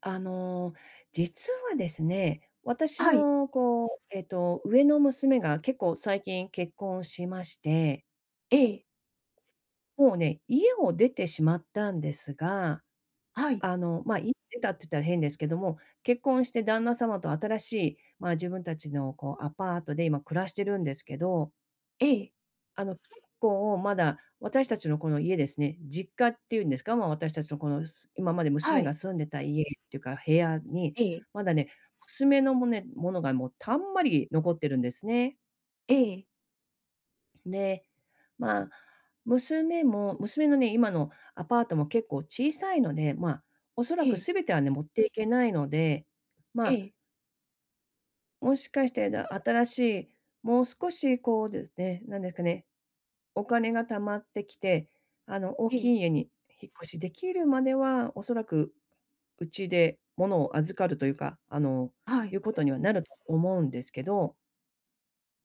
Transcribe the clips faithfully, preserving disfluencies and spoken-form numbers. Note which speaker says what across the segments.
Speaker 1: あの、実はですね、私
Speaker 2: はい、
Speaker 1: のこう、えっと、上の娘が結構最近結婚しまして、
Speaker 2: ええ、
Speaker 1: もうね、家を出てしまったんですが、
Speaker 2: はい、
Speaker 1: あの、まあ、家出たって言ったら変ですけども、結婚して旦那様と新しい、まあ、自分たちのこうアパートで今暮らしてるんですけど
Speaker 2: ええ、
Speaker 1: あの、結構まだ私たちのこの家ですね、実家っていうんですか、まあ、私たちのこの、す今まで
Speaker 2: は
Speaker 1: 娘
Speaker 2: い、
Speaker 1: が住んでた家っていうか部屋に、
Speaker 2: ええ、
Speaker 1: まだね、娘のもねものがもうたんまり残ってるんですね。
Speaker 2: ええ、
Speaker 1: で、まあ、娘も娘のね、今のアパートも結構小さいので、まあ、おそら
Speaker 2: え
Speaker 1: く
Speaker 2: え、
Speaker 1: 全てはね、持っていけないので、ま
Speaker 2: え
Speaker 1: あ、
Speaker 2: え、
Speaker 1: もしかして、だ新しい、もう少しこうですね、なんですかね、お金が貯まってきて、あの、大
Speaker 2: ええ、
Speaker 1: きい家に引っ越しできるまでは、おそらくうちで物を預かるというか、あの、
Speaker 2: は
Speaker 1: い
Speaker 2: い、
Speaker 1: うことにはなると思うんですけど、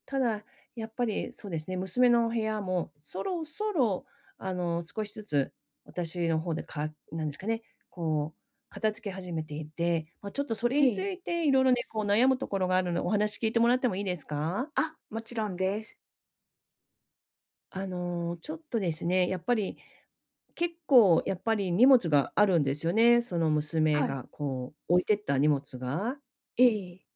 Speaker 1: ただ、やっぱりそうですね、娘の部屋もそろそろ、あの、少しずつ私の方でかなんですかね、こう、片付け始めていて、まあ、ちょっとそれにつ
Speaker 2: ええ。
Speaker 1: いていろいろね、こう悩むところがあるので、お話聞いてもらってもいいですか？
Speaker 2: あ、もちろんです。
Speaker 1: あの、ちょっとですね、やっぱり結構やっぱり荷物があるんですよね。その娘
Speaker 2: はい、
Speaker 1: がこう置いてった荷物が。
Speaker 2: ええ、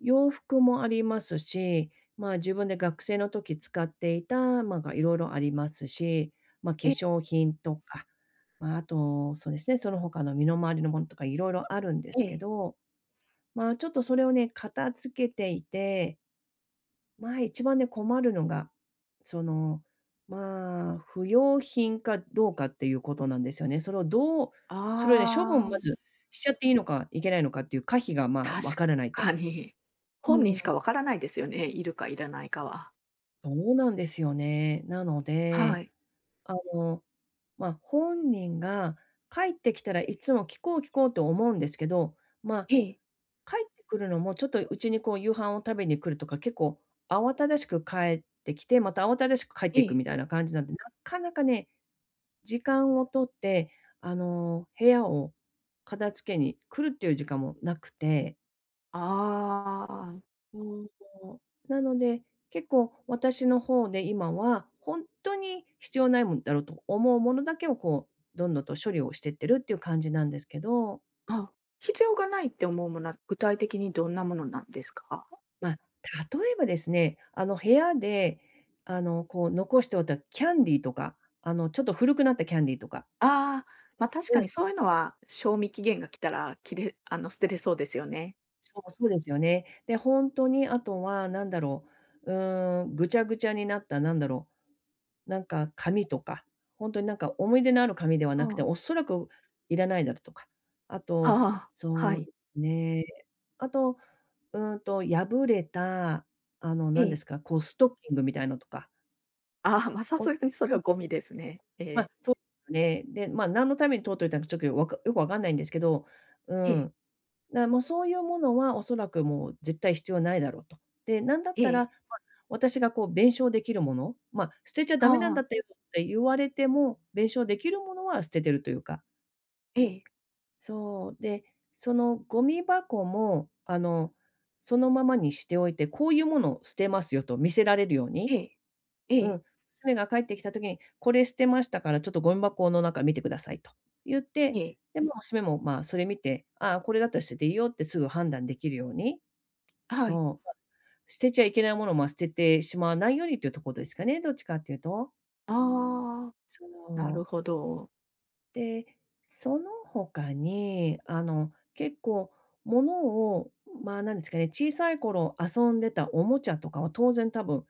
Speaker 1: 洋服もありますし、まあ、自分で学生の時使っていた、ま、が色々ありますし、ま、化
Speaker 2: ええ、
Speaker 1: 粧品とか、まあ、あと、そうですね、その他の身の回りのものとか色々あるんで
Speaker 2: え
Speaker 1: すけ
Speaker 2: え。
Speaker 1: ど、まあ、ちょっとそれをね、片付けていてまあ、一番ね、困るのが、その、まあ、不用品かどうかっていうことなんですよね。それをどうそれをね、処分
Speaker 2: ああ、
Speaker 1: まずしちゃっていいのかいけないのかっていう可否が、まあ、
Speaker 2: 確
Speaker 1: わからないと。
Speaker 2: かに。本人
Speaker 1: う
Speaker 2: しか
Speaker 1: ん。
Speaker 2: わからないですよね、いるかいらないかは。
Speaker 1: そうなんですよね。なの
Speaker 2: は
Speaker 1: で、
Speaker 2: い。
Speaker 1: あの、まあ、本人が帰ってきたらいつも聞こう聞こうと思うんですけど、まあ
Speaker 2: ええ、
Speaker 1: 帰ってくるのも、ちょっとうちにこう夕飯を食べに来るとか、結構慌ただしく帰ってきて、また慌ただしく帰っ
Speaker 2: え
Speaker 1: ていく
Speaker 2: え。
Speaker 1: みたいな感じなんで、なかなかね、時間を取って、あの、部屋を片付けに来るっていう時間もなくて。
Speaker 2: ああ、
Speaker 1: うーん。なので、結構私の方で今は、ほんとに必要ないもんだろうと思うものだけをこう、どんどんと処理をしてってるっていう感じなんですけど。
Speaker 2: あ、必要がないって思うものは、具体的にどんなものなんですか？
Speaker 1: まあ、例えばですね、あの、部屋で、あの、こう残しておいたキャンディーとか、あの、ちょっと古くなったキャンディーとか。
Speaker 2: ああ、ま、あ確
Speaker 1: う
Speaker 2: か
Speaker 1: ん、
Speaker 2: にそういうのは、賞味期限が来たら、きれあの、捨てれそうですよね。
Speaker 1: そう、そうですよね。で、本当にあとはなんだろう、うーん、ぐちゃぐちゃになったなんだろう、なんか紙とか、本当になんか思い出のある紙では
Speaker 2: う
Speaker 1: なくて、
Speaker 2: ん。
Speaker 1: おそらくいらないだろうとか。あと、
Speaker 2: ああ、は
Speaker 1: そう
Speaker 2: い。
Speaker 1: ですね、あと、うーんと破れた、あの、
Speaker 2: え
Speaker 1: なんで
Speaker 2: え。
Speaker 1: すか、こうストッキングみたいのとか。
Speaker 2: ああ、まあ、さ
Speaker 1: お
Speaker 2: す
Speaker 1: す
Speaker 2: がにそれはゴミですね。え
Speaker 1: ま、
Speaker 2: え。
Speaker 1: そうね。で、ま、何のために取っといたのかちょっとよわかよくわかんないんですけど、う
Speaker 2: ええ、
Speaker 1: ん。だ、もうそういうものはおそらくもう絶対必要ないだろうと。で、なんだっ
Speaker 2: え
Speaker 1: たら、
Speaker 2: え。
Speaker 1: ま、私がこう弁償できるもの、ま、捨てちゃ
Speaker 2: あ
Speaker 1: ダメなんだ
Speaker 2: あ、
Speaker 1: ったよって言われても、弁償できるものは捨ててるというか。
Speaker 2: ええ、
Speaker 1: そう、で、そのゴミ箱も、あの、そのままにしておいて、こういうものを捨てますよと見せられるよう
Speaker 2: え
Speaker 1: に
Speaker 2: え、え
Speaker 1: う
Speaker 2: え、
Speaker 1: ん、娘が帰ってきた時に、「これ捨てましたから、ちょっとゴミ箱の中見てください」と言って、
Speaker 2: ええ、
Speaker 1: で、ま、娘も、まあ、それ見て、「ああ、これだったら捨てていいよ」ってすぐ判断できるように、
Speaker 2: はい。
Speaker 1: そう、捨てちゃいけないものも捨ててしまわないようにというとこですかね、どっちかっていうと。
Speaker 2: ああ、
Speaker 1: そ
Speaker 2: なる
Speaker 1: う。
Speaker 2: ほど。
Speaker 1: で、その他に、あの、結構物を、まあ、なんですかね、小さい頃遊んでたおもちゃとかは当然多分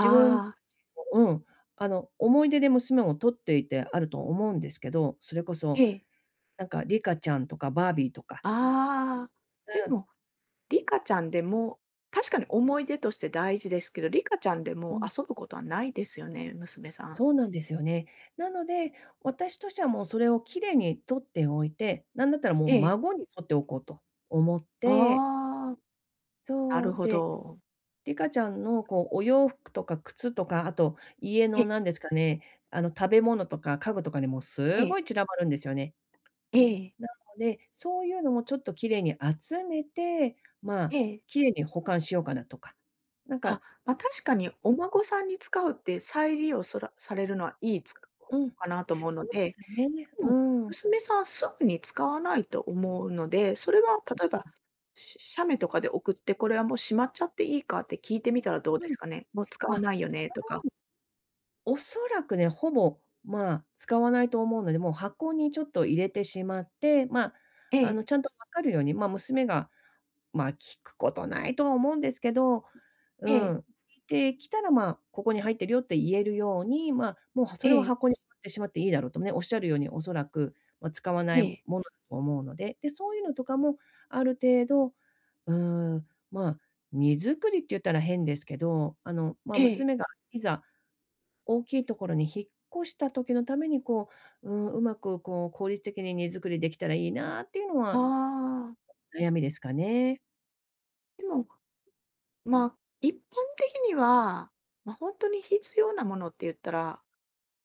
Speaker 1: 自分
Speaker 2: あ、
Speaker 1: うん、あの、思い出で娘も撮っていてあると思うんですけど、それこ
Speaker 2: え
Speaker 1: そ、
Speaker 2: え、
Speaker 1: なんかリカちゃんとかバービーとか、
Speaker 2: ああ。で
Speaker 1: う
Speaker 2: も、リカちゃんでも、確かに思い出として大事ですけど、リカちゃんで
Speaker 1: ん、う
Speaker 2: もう
Speaker 1: ん、
Speaker 2: 遊ぶことはないですよね、娘さん。
Speaker 1: そうなんですよね。なので、私としてはもうそれを綺麗に撮っておいて、なんだったらもう
Speaker 2: ええ、
Speaker 1: 孫に撮っておこうと思って、
Speaker 2: ああ、な
Speaker 1: そ
Speaker 2: る
Speaker 1: う、
Speaker 2: ほ
Speaker 1: で、
Speaker 2: ど。
Speaker 1: リカちゃんのこうお洋服とか靴とか、あと家
Speaker 2: え
Speaker 1: の
Speaker 2: え、
Speaker 1: なんですかね、あの食べ物とか家具とかにも
Speaker 2: え
Speaker 1: す
Speaker 2: え、
Speaker 1: ごい散らばるんですよね。
Speaker 2: ええ、
Speaker 1: なので、そういうのもちょっと綺麗に集めて、まあ、
Speaker 2: ええ。
Speaker 1: 綺麗に保管しようかなとか。なん
Speaker 2: あ、
Speaker 1: か、
Speaker 2: まあ、確かにお
Speaker 1: う
Speaker 2: 孫さんに使うって再利用そらされるのはいいつか
Speaker 1: うん、
Speaker 2: かなと思う
Speaker 1: そ
Speaker 2: の
Speaker 1: うで
Speaker 2: で、
Speaker 1: すね。
Speaker 2: う
Speaker 1: う
Speaker 2: ん、
Speaker 1: ん、うん。
Speaker 2: 娘さんすぐに使わないと思うので、それは例えば、し写メとかで送って、これはもうしまっちゃっていいかって聞いてみたらどうですかね？もう使
Speaker 1: ま
Speaker 2: わ
Speaker 1: あ、
Speaker 2: ないよね
Speaker 1: そ
Speaker 2: とか。
Speaker 1: おそらくね、ほぼ、まあ、使わないと思うので、もう箱にちょっと入れてしまって、まあ、
Speaker 2: え
Speaker 1: あ
Speaker 2: え、
Speaker 1: の、ちゃんとわかるように、ま、あ娘がまあ、聞くことないとは思うんですけど、う
Speaker 2: ええ、
Speaker 1: ん。で、来たら、まあ、ここに入ってるよって言えるように、まあ、もうそれは
Speaker 2: ええ、
Speaker 1: 箱にしまってしまっていいだろうとね、おっしゃるようにおそらく、ま、使わな
Speaker 2: え
Speaker 1: い
Speaker 2: え、
Speaker 1: ものだと思うので、で、そういうのとかもある程度、うーん、まあ、荷造りって言ったら変ですけど、あの、まあ、
Speaker 2: ええ。
Speaker 1: 娘がいざ大きいところに引っ越した時のために、こう、うん、うまくこう効率的に荷造りできたらいいなっていうの
Speaker 2: あ
Speaker 1: は
Speaker 2: あ、
Speaker 1: 悩みですかね。
Speaker 2: でも、まあ、一般的には、ま、あ本当に必要なものって言ったら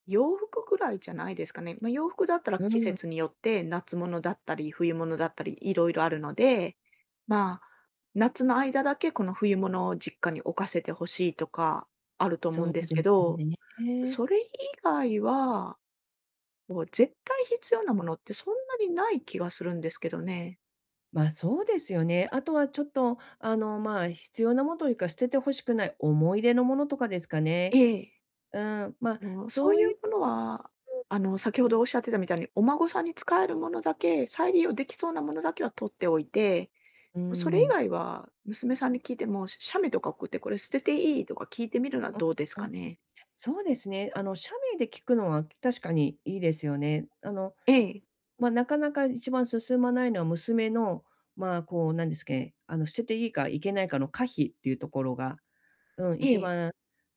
Speaker 2: 洋服ぐらいじゃないですかね。まあ、洋服だったら
Speaker 1: う
Speaker 2: 季
Speaker 1: ん。
Speaker 2: 節によって夏物だったり冬物だったりいろいろあるので、まあ、夏の間だけこの冬物を実家に置かせてほしいとかあると思うん
Speaker 1: そ
Speaker 2: で
Speaker 1: う
Speaker 2: すけ
Speaker 1: です
Speaker 2: ど、
Speaker 1: ね。
Speaker 2: それ以外は、こう絶対必要なものってそんなにない気がするんですけどね。
Speaker 1: ま、そうですよね。あとはちょっと、あの、ま、必要なものというか、捨てて欲しくない思い出のものとかですか
Speaker 2: え
Speaker 1: ね。
Speaker 2: え。
Speaker 1: うん、ま、
Speaker 2: もうそう
Speaker 1: そう
Speaker 2: い
Speaker 1: いう
Speaker 2: うものは、あの、先ほどおっしゃってたみたいに、お孫さんに使えるものだけ、再利用できそうなものだけは取っておいて
Speaker 1: う
Speaker 2: それ以
Speaker 1: ん。
Speaker 2: 外は、娘さんに聞いても、写メとか送って、これ捨てていい？とか聞いてみるのはどうです
Speaker 1: うん
Speaker 2: か
Speaker 1: うん。
Speaker 2: ね？
Speaker 1: そうですね。あの、社名で聞くのは確かにいいですよね。あの、
Speaker 2: ええ、
Speaker 1: ま、なかなか一番進まないのは娘の、まあ、こう、なんですかね。あの、捨てていいかいけないかの可否っていうところが、うん、
Speaker 2: え
Speaker 1: 一
Speaker 2: え、
Speaker 1: 番、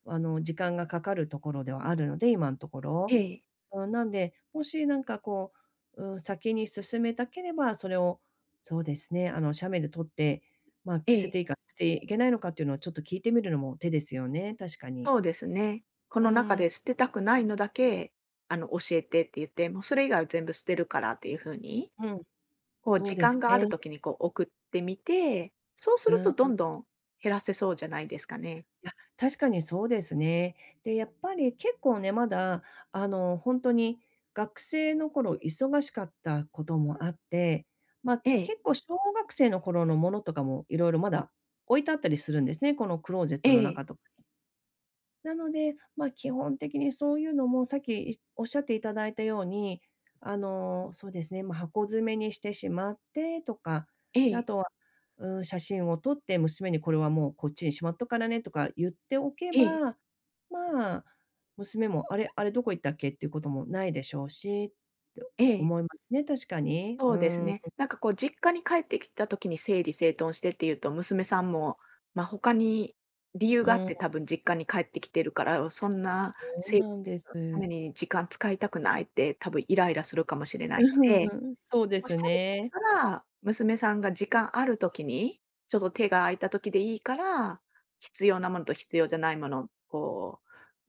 Speaker 1: あの、時間がかかるところではあるので、今のとこ
Speaker 2: え
Speaker 1: ろ。
Speaker 2: え、
Speaker 1: うん、なんで、もしなんかこう、うん、先に進めたければ、それを、そうですね、あの、写メで撮って、まあ、
Speaker 2: え
Speaker 1: 着せ
Speaker 2: え、
Speaker 1: ていいか、着ていけないのかっていうのをちょっと聞いてみるのも手ですよね、確かに。
Speaker 2: そうですね。こ
Speaker 1: う
Speaker 2: の中
Speaker 1: ん、
Speaker 2: で捨てたくないのだけ、あの、教えてって言って、もうそれ以外は全部捨てるからっていう風に、
Speaker 1: うん、
Speaker 2: こう
Speaker 1: そう
Speaker 2: 時
Speaker 1: で
Speaker 2: 間
Speaker 1: す
Speaker 2: があ
Speaker 1: ね。
Speaker 2: る時にこう送ってみて、そうす
Speaker 1: う
Speaker 2: る
Speaker 1: ん、
Speaker 2: とど
Speaker 1: い
Speaker 2: んどん減らせそうじゃないですかね。
Speaker 1: や、確かにそうですね。で、やっぱり結構ね、まだ、あの、本当に学生の頃忙しかったこともあって、まあ、
Speaker 2: ええ、
Speaker 1: 結構小学生の頃のものとかもいろいろまだ置いてあったりするんですね、このクローゼッ
Speaker 2: え
Speaker 1: トの
Speaker 2: え、
Speaker 1: 中とかなので、まあ、基本的にそういうのもさっきいおっしゃっていただいたように、あの、そうですね、まあ、箱詰めにしてしまってとか、
Speaker 2: え
Speaker 1: で、あ
Speaker 2: え、
Speaker 1: とは、うん、写真を撮って娘にこれはもうこっちにしまっとからねとか言っておけ
Speaker 2: ええ、
Speaker 1: ば、まあ、娘もあれ、あれどこ行ったっけっていうこともないでしょうしって
Speaker 2: ええ。
Speaker 1: 思いますね、確かに。
Speaker 2: そ
Speaker 1: う
Speaker 2: うです
Speaker 1: ん、
Speaker 2: ね。なんかこう実家に帰ってきた時に整理整頓してっていうと、娘さんも、まあ、他に理由
Speaker 1: う
Speaker 2: があっ
Speaker 1: ん、
Speaker 2: て多分実家に帰ってきてるから、そんな
Speaker 1: そう
Speaker 2: 整理
Speaker 1: なん
Speaker 2: 整
Speaker 1: で
Speaker 2: 頓のため
Speaker 1: す。
Speaker 2: に時間使いたくないって多分イライラするかもしれないの
Speaker 1: う
Speaker 2: で
Speaker 1: ん、そうで
Speaker 2: おっし
Speaker 1: す
Speaker 2: ゃれ
Speaker 1: ね。
Speaker 2: たから、娘さんが時間あるときに、ちょっと手が空いたときでいいから、必要なものと必要じゃないものを、こ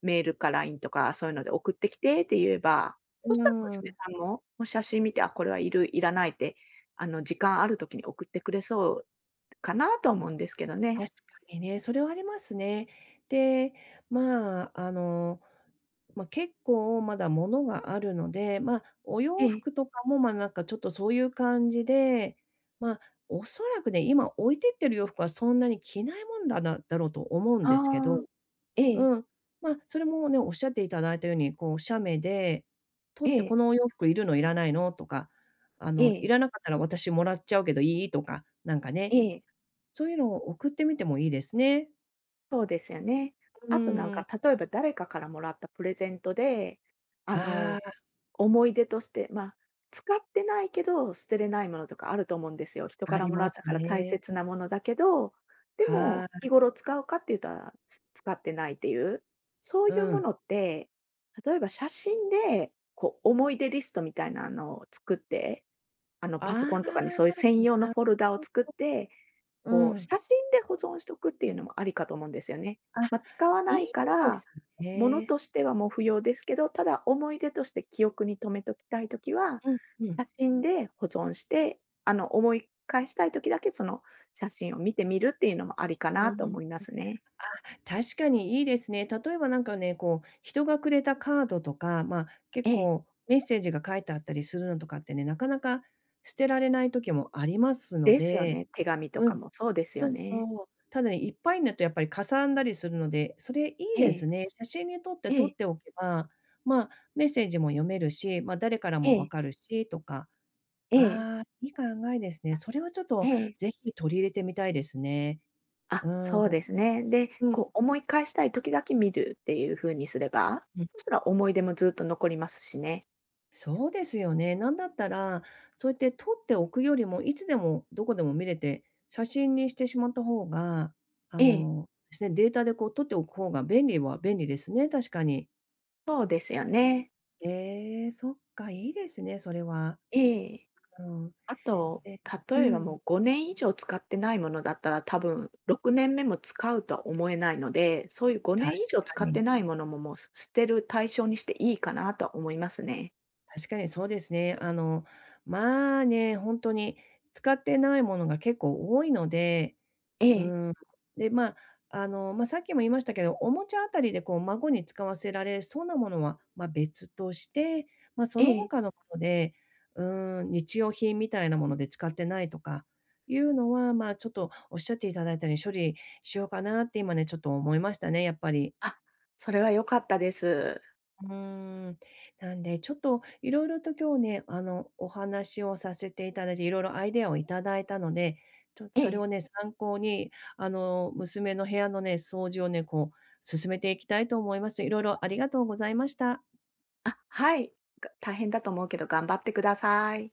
Speaker 2: う、メールか ライン とか、そういうので送ってきてって言えば、
Speaker 1: う
Speaker 2: そしたら
Speaker 1: ん。
Speaker 2: 娘さんも、もう写真見て、あ、これはいる、いらないって、あの、時間あるときに送ってくれそうかなと思うんですけどね。
Speaker 1: 確かにね、それはありますね。で、まあ、あの、まあ、結構まだ物があるので、まあ、お洋
Speaker 2: ええ。
Speaker 1: 服とかも、まあ、なんかちょっとそういう感じで、まあ、おそらくね、今置いてってる洋服はそんなに着ないもんだなだろうと思うんですけど、
Speaker 2: ああ、ええ、
Speaker 1: うん、まあ、それもね、おっしゃっていただいたように、こう写メで
Speaker 2: え
Speaker 1: 取って「こ
Speaker 2: え、
Speaker 1: のお洋服いるの？いらないの？」とか、あ
Speaker 2: え
Speaker 1: の「い
Speaker 2: え、
Speaker 1: らなかったら私もらっちゃうけどいい？」とか、なんか
Speaker 2: え
Speaker 1: ね
Speaker 2: え。
Speaker 1: そういうのを送ってみてもいいですね。
Speaker 2: そうですよね。
Speaker 1: う
Speaker 2: あとなん
Speaker 1: ー
Speaker 2: か、
Speaker 1: ん。
Speaker 2: 例えば誰かからもらったプレゼントで、あ
Speaker 1: あ
Speaker 2: の
Speaker 1: あ、
Speaker 2: 思い出として、まあ、使ってないけど、捨てれないものとかあると思うんですよ。人か
Speaker 1: あ
Speaker 2: ら
Speaker 1: り
Speaker 2: もら
Speaker 1: ま
Speaker 2: っ
Speaker 1: す
Speaker 2: たから大
Speaker 1: ね。
Speaker 2: 切なものだけど、でも、
Speaker 1: は
Speaker 2: 日頃使うかって言ったら、つ使ってないっていう、そう
Speaker 1: い、
Speaker 2: い
Speaker 1: う
Speaker 2: うも
Speaker 1: ん。
Speaker 2: のって、例えば写真で、こう思い出リストみたいなのを作って、あの、
Speaker 1: ああ、
Speaker 2: パソ
Speaker 1: な
Speaker 2: コンとかにそういう
Speaker 1: る
Speaker 2: 専用のフォルダを作っ
Speaker 1: ほ
Speaker 2: て
Speaker 1: う
Speaker 2: こう、
Speaker 1: ん。
Speaker 2: 写真で保存しとくっていうのもありかと思うんですよね。
Speaker 1: あ、
Speaker 2: まあ、使わ
Speaker 1: い
Speaker 2: な
Speaker 1: い
Speaker 2: いか
Speaker 1: で
Speaker 2: ら、
Speaker 1: す
Speaker 2: もの
Speaker 1: ね。
Speaker 2: としてはもう不要ですけど、ただ思い出として記憶に留めときたいときは、
Speaker 1: うんうん。
Speaker 2: 写真で保存して、あの、思い返したいときだけその写真を見てみるっていうのもありか
Speaker 1: う
Speaker 2: なと思
Speaker 1: ん。
Speaker 2: いますね。
Speaker 1: 確かにいいですね。例えばなんかね、こう、人がくれたカードとか、まあ、
Speaker 2: え
Speaker 1: 結
Speaker 2: え。
Speaker 1: 構メッセージが書いてあったりするのとかってね、なかなか捨てられない時もありますの
Speaker 2: ですよ
Speaker 1: で、
Speaker 2: ね。手紙と
Speaker 1: う
Speaker 2: か
Speaker 1: ん。
Speaker 2: もそうですよ
Speaker 1: そうそ
Speaker 2: ね。
Speaker 1: う。ただね、いっぱいになるとやっぱりかさんだりするので、それいいですね。写真に撮って
Speaker 2: え
Speaker 1: 撮って
Speaker 2: え。
Speaker 1: おけば、まあ、メッセージも読めるし、まあ、誰から
Speaker 2: え
Speaker 1: もわ
Speaker 2: え。
Speaker 1: かるしとか。
Speaker 2: ええ。
Speaker 1: ああ、いい考えですね。それはちょっ
Speaker 2: え
Speaker 1: と
Speaker 2: え。ええ。
Speaker 1: ぜひ取り入れてみたいですね。う
Speaker 2: あ、
Speaker 1: ーん、
Speaker 2: そうですね。で、
Speaker 1: うん、
Speaker 2: こう思い返したい時だけ見るっていう風にすれば、
Speaker 1: うん。
Speaker 2: そしたら思い出もずっと残りますしね。
Speaker 1: そうですよね。なんだったら、そうやって撮っておくよりも、いつでもどこでも見れて、写真にしてしまった方が、あ
Speaker 2: ええ、
Speaker 1: の、ですね、データでこう撮っておく方が便利は便利ですね、確かに。
Speaker 2: そうですよね。
Speaker 1: ええ、そっか、いいですね、それは。
Speaker 2: ええ。
Speaker 1: うん。
Speaker 2: あと、
Speaker 1: えう
Speaker 2: 例えば
Speaker 1: ん。
Speaker 2: もうごねん以上使ってないものだったら、多分ろくねんめも使うとは思えないので、そういう5
Speaker 1: 確
Speaker 2: 年以上使
Speaker 1: か
Speaker 2: って
Speaker 1: に。
Speaker 2: ないものも、もうす捨てる対象にしていいかなとは思いますね。
Speaker 1: 確かにそうですね。あの、まあね、ほんとに使ってないものが結構多いので、
Speaker 2: え
Speaker 1: う
Speaker 2: え、
Speaker 1: ん。で、まあ、あの、まあ、さっきも言いましたけど、おもちゃあたりでこう孫に使わせられそうなものは、まあ、別として、まあ、そ
Speaker 2: え
Speaker 1: の
Speaker 2: え。
Speaker 1: 他のもので、うーん、日用品みたいなもので使ってないとかいうのは、まあ、ちょっとおっしゃっていただいたように処理しようかなって今ね、ちょっと思いましたね、やっぱり。
Speaker 2: あ、それは良かったです。
Speaker 1: うーん。なんで、ちょっといろいろと今日ね、あの、お話をさせていただいて、いろいろアイデアをいただいたので、ちょっと
Speaker 2: え
Speaker 1: それ
Speaker 2: え。
Speaker 1: をね、参考に、あの、娘の部屋のね、掃除をね、こう進めていきたいと思います。いろいろありがとうございました。
Speaker 2: あ、はい。が大変だと思うけど頑張ってください。